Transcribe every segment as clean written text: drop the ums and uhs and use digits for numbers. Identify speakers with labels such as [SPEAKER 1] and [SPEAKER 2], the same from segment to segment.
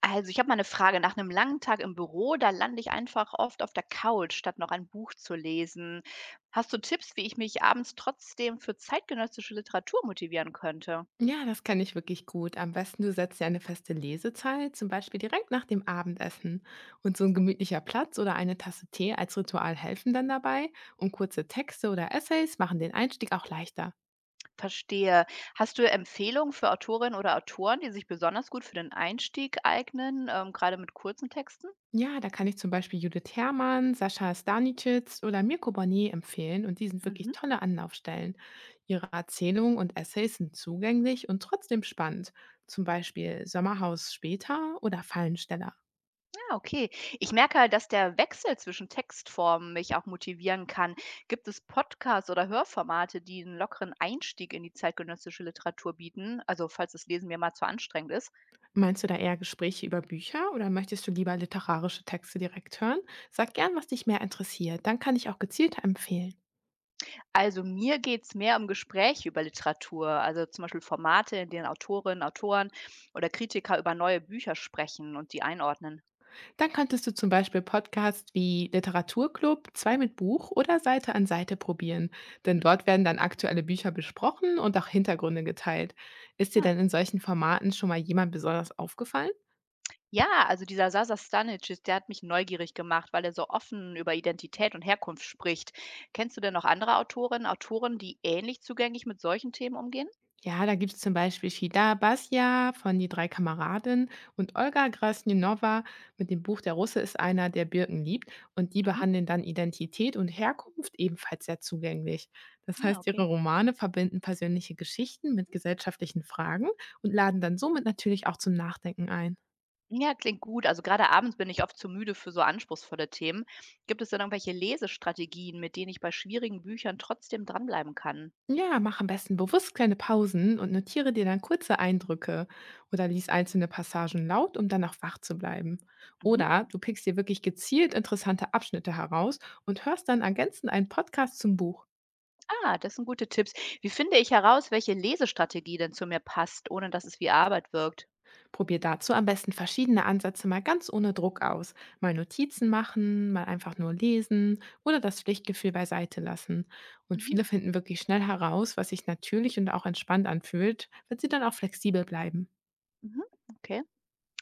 [SPEAKER 1] Also, ich habe mal eine Frage. Nach einem langen Tag im Büro, da lande ich einfach oft auf der Couch, statt noch ein Buch zu lesen. Hast du Tipps, wie ich mich abends trotzdem für zeitgenössische Literatur motivieren könnte?
[SPEAKER 2] Ja, das kann ich wirklich gut. Am besten, du setzt dir eine feste Lesezeit, zum Beispiel direkt nach dem Abendessen. Und so ein gemütlicher Platz oder eine Tasse Tee als Ritual helfen dann dabei. Und kurze Texte oder Essays machen den Einstieg auch leichter.
[SPEAKER 1] Verstehe. Hast du Empfehlungen für Autorinnen oder Autoren, die sich besonders gut für den Einstieg eignen, grade mit kurzen Texten?
[SPEAKER 2] Ja, da kann ich zum Beispiel Judith Herrmann, Sascha Stanicic oder Mirko Bonnet empfehlen. Und die sind wirklich
[SPEAKER 1] Mhm.
[SPEAKER 2] tolle Anlaufstellen. Ihre Erzählungen und Essays sind zugänglich und trotzdem spannend. Zum Beispiel Sommerhaus später oder Fallensteller.
[SPEAKER 1] Ah, okay. Ich merke halt, dass der Wechsel zwischen Textformen mich auch motivieren kann. Gibt es Podcasts oder Hörformate, die einen lockeren Einstieg in die zeitgenössische Literatur bieten? Also, falls das Lesen mir mal zu anstrengend ist.
[SPEAKER 2] Meinst du da eher Gespräche über Bücher oder möchtest du lieber literarische Texte direkt hören? Sag gern, was dich mehr interessiert, dann kann ich auch gezielter empfehlen.
[SPEAKER 1] Also, mir geht's mehr um Gespräche über Literatur, also zum Beispiel Formate, in denen Autorinnen, Autoren oder Kritiker über neue Bücher sprechen und die einordnen.
[SPEAKER 2] Dann könntest du zum Beispiel Podcasts wie Literaturclub, Zwei mit Buch oder Seite an Seite probieren, denn dort werden dann aktuelle Bücher besprochen und auch Hintergründe geteilt. Ist dir
[SPEAKER 1] Mhm.
[SPEAKER 2] denn in solchen Formaten schon mal jemand besonders aufgefallen?
[SPEAKER 1] Ja, also dieser Sasa Stanic, der hat mich neugierig gemacht, weil er so offen über Identität und Herkunft spricht. Kennst du denn noch andere Autorinnen, Autoren, die ähnlich zugänglich mit solchen Themen umgehen?
[SPEAKER 2] Ja, da gibt's zum Beispiel Shida Basja von Die drei Kameradinnen und Olga Krasnünowa mit dem Buch Der Russe ist einer, der Birken liebt. Und die
[SPEAKER 1] Mhm.
[SPEAKER 2] behandeln dann Identität und Herkunft ebenfalls sehr zugänglich. Das
[SPEAKER 1] Ja,
[SPEAKER 2] heißt, ihre
[SPEAKER 1] okay.
[SPEAKER 2] Romane verbinden persönliche Geschichten mit gesellschaftlichen Fragen und laden dann somit natürlich auch zum Nachdenken ein.
[SPEAKER 1] Ja, klingt gut. Also gerade abends bin ich oft zu müde für so anspruchsvolle Themen. Gibt es denn irgendwelche Lesestrategien, mit denen ich bei schwierigen Büchern trotzdem dranbleiben kann?
[SPEAKER 2] Ja, mach am besten bewusst kleine Pausen und notiere dir dann kurze Eindrücke oder lies einzelne Passagen laut, um dann auch wach zu bleiben.
[SPEAKER 1] Mhm.
[SPEAKER 2] Oder du pickst dir wirklich gezielt interessante Abschnitte heraus und hörst dann ergänzend einen Podcast zum Buch.
[SPEAKER 1] Ah, das sind gute Tipps. Wie finde ich heraus, welche Lesestrategie denn zu mir passt, ohne dass es wie Arbeit wirkt?
[SPEAKER 2] Probier dazu am besten verschiedene Ansätze mal ganz ohne Druck aus. Mal Notizen machen, mal einfach nur lesen oder das Pflichtgefühl beiseite lassen. Und
[SPEAKER 1] Mhm.
[SPEAKER 2] viele finden wirklich schnell heraus, was sich natürlich und auch entspannt anfühlt, wenn sie dann auch flexibel bleiben.
[SPEAKER 1] Mhm. Okay.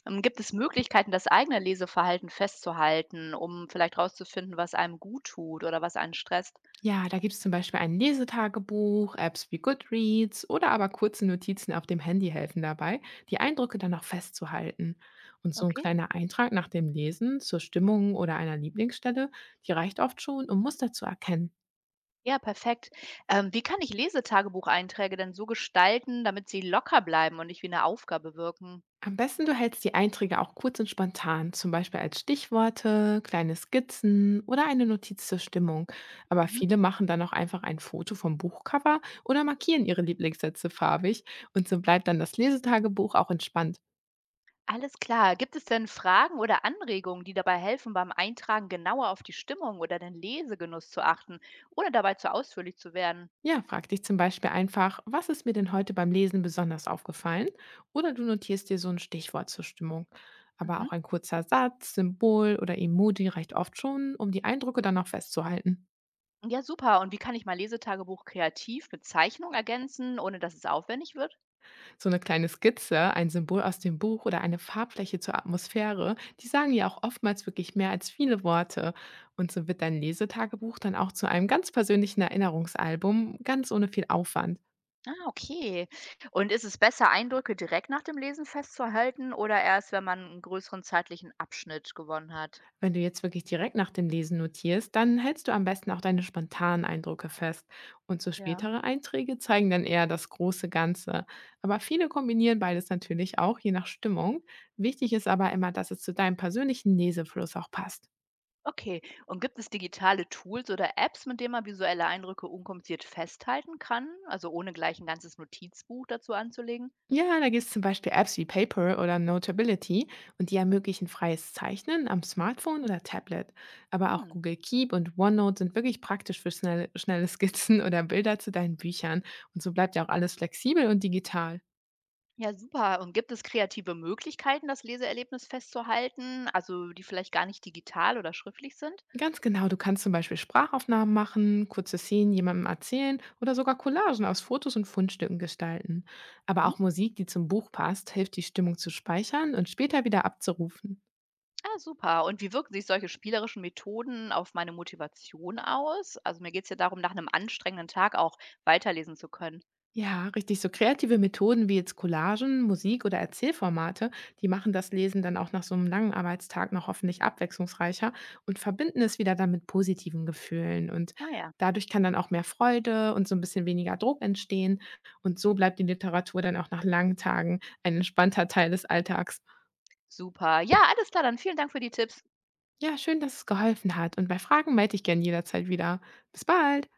[SPEAKER 1] Gibt es Möglichkeiten, das eigene Leseverhalten festzuhalten, um vielleicht rauszufinden, was einem gut tut oder was einen stresst?
[SPEAKER 2] Ja, da gibt es zum Beispiel ein Lesetagebuch, Apps wie Goodreads oder aber kurze Notizen auf dem Handy helfen dabei, die Eindrücke dann auch festzuhalten. Und so ein
[SPEAKER 1] Okay.
[SPEAKER 2] kleiner Eintrag nach dem Lesen zur Stimmung oder einer Lieblingsstelle, die reicht oft schon, um Muster zu erkennen.
[SPEAKER 1] Ja, perfekt. Wie kann ich Lesetagebucheinträge denn so gestalten, damit sie locker bleiben und nicht wie eine Aufgabe wirken?
[SPEAKER 2] Am besten du hältst die Einträge auch kurz und spontan, zum Beispiel als Stichworte, kleine Skizzen oder eine Notiz zur Stimmung. Aber
[SPEAKER 1] Mhm.
[SPEAKER 2] viele machen dann auch einfach ein Foto vom Buchcover oder markieren ihre Lieblingssätze farbig und so bleibt dann das Lesetagebuch auch entspannt.
[SPEAKER 1] Alles klar. Gibt es denn Fragen oder Anregungen, die dabei helfen, beim Eintragen genauer auf die Stimmung oder den Lesegenuss zu achten, ohne dabei zu ausführlich zu werden?
[SPEAKER 2] Ja, frag dich zum Beispiel einfach, was ist mir denn heute beim Lesen besonders aufgefallen? Oder du notierst dir so ein Stichwort zur Stimmung. Aber
[SPEAKER 1] Mhm.
[SPEAKER 2] auch ein kurzer Satz, Symbol oder Emoji reicht oft schon, um die Eindrücke dann noch festzuhalten.
[SPEAKER 1] Ja, super. Und wie kann ich mein Lesetagebuch kreativ mit Zeichnung ergänzen, ohne dass es aufwendig wird?
[SPEAKER 2] So eine kleine Skizze, ein Symbol aus dem Buch oder eine Farbfläche zur Atmosphäre, die sagen ja auch oftmals wirklich mehr als viele Worte. Und so wird dein Lesetagebuch dann auch zu einem ganz persönlichen Erinnerungsalbum, ganz ohne viel Aufwand.
[SPEAKER 1] Ah, okay. Und ist es besser, Eindrücke direkt nach dem Lesen festzuhalten oder erst, wenn man einen größeren zeitlichen Abschnitt gewonnen hat?
[SPEAKER 2] Wenn du jetzt wirklich direkt nach dem Lesen notierst, dann hältst du am besten auch deine spontanen Eindrücke fest. Und so
[SPEAKER 1] Ja,
[SPEAKER 2] spätere Einträge zeigen dann eher das große Ganze. Aber viele kombinieren beides natürlich auch, je nach Stimmung. Wichtig ist aber immer, dass es zu deinem persönlichen Lesefluss auch passt.
[SPEAKER 1] okay. Und gibt es digitale Tools oder Apps, mit denen man visuelle Eindrücke unkompliziert festhalten kann, also ohne gleich ein ganzes Notizbuch dazu anzulegen?
[SPEAKER 2] Ja, da gibt's zum Beispiel Apps wie Paper oder Notability und die ermöglichen freies Zeichnen am Smartphone oder Tablet. Aber auch
[SPEAKER 1] Hm,
[SPEAKER 2] Google Keep und OneNote sind wirklich praktisch für schnelle Skizzen oder Bilder zu deinen Büchern. Und so bleibt ja auch alles flexibel und digital.
[SPEAKER 1] ja super. Und gibt es kreative Möglichkeiten, das Leseerlebnis festzuhalten, also die vielleicht gar nicht digital oder schriftlich sind?
[SPEAKER 2] Ganz genau, du kannst zum Beispiel Sprachaufnahmen machen, kurze Szenen jemandem erzählen oder sogar Collagen aus Fotos und Fundstücken gestalten. Aber
[SPEAKER 1] Mhm.
[SPEAKER 2] auch Musik, die zum Buch passt, hilft die Stimmung zu speichern und später wieder abzurufen.
[SPEAKER 1] Ah, super. Und wie wirken sich solche spielerischen Methoden auf meine Motivation aus? Also mir geht's ja darum, nach einem anstrengenden Tag auch weiterlesen zu können.
[SPEAKER 2] Ja, richtig. So kreative Methoden wie jetzt Collagen, Musik oder Erzählformate, die machen das Lesen dann auch nach so einem langen Arbeitstag noch hoffentlich abwechslungsreicher und verbinden es wieder dann mit positiven Gefühlen. Und
[SPEAKER 1] Ah ja,
[SPEAKER 2] dadurch kann dann auch mehr Freude und so ein bisschen weniger Druck entstehen. Und so bleibt die Literatur dann auch nach langen Tagen ein entspannter Teil des Alltags.
[SPEAKER 1] super. Ja, alles klar, dann vielen Dank für die Tipps.
[SPEAKER 2] Ja, schön, dass es geholfen hat. Und bei Fragen melde ich gern jederzeit wieder. Bis bald.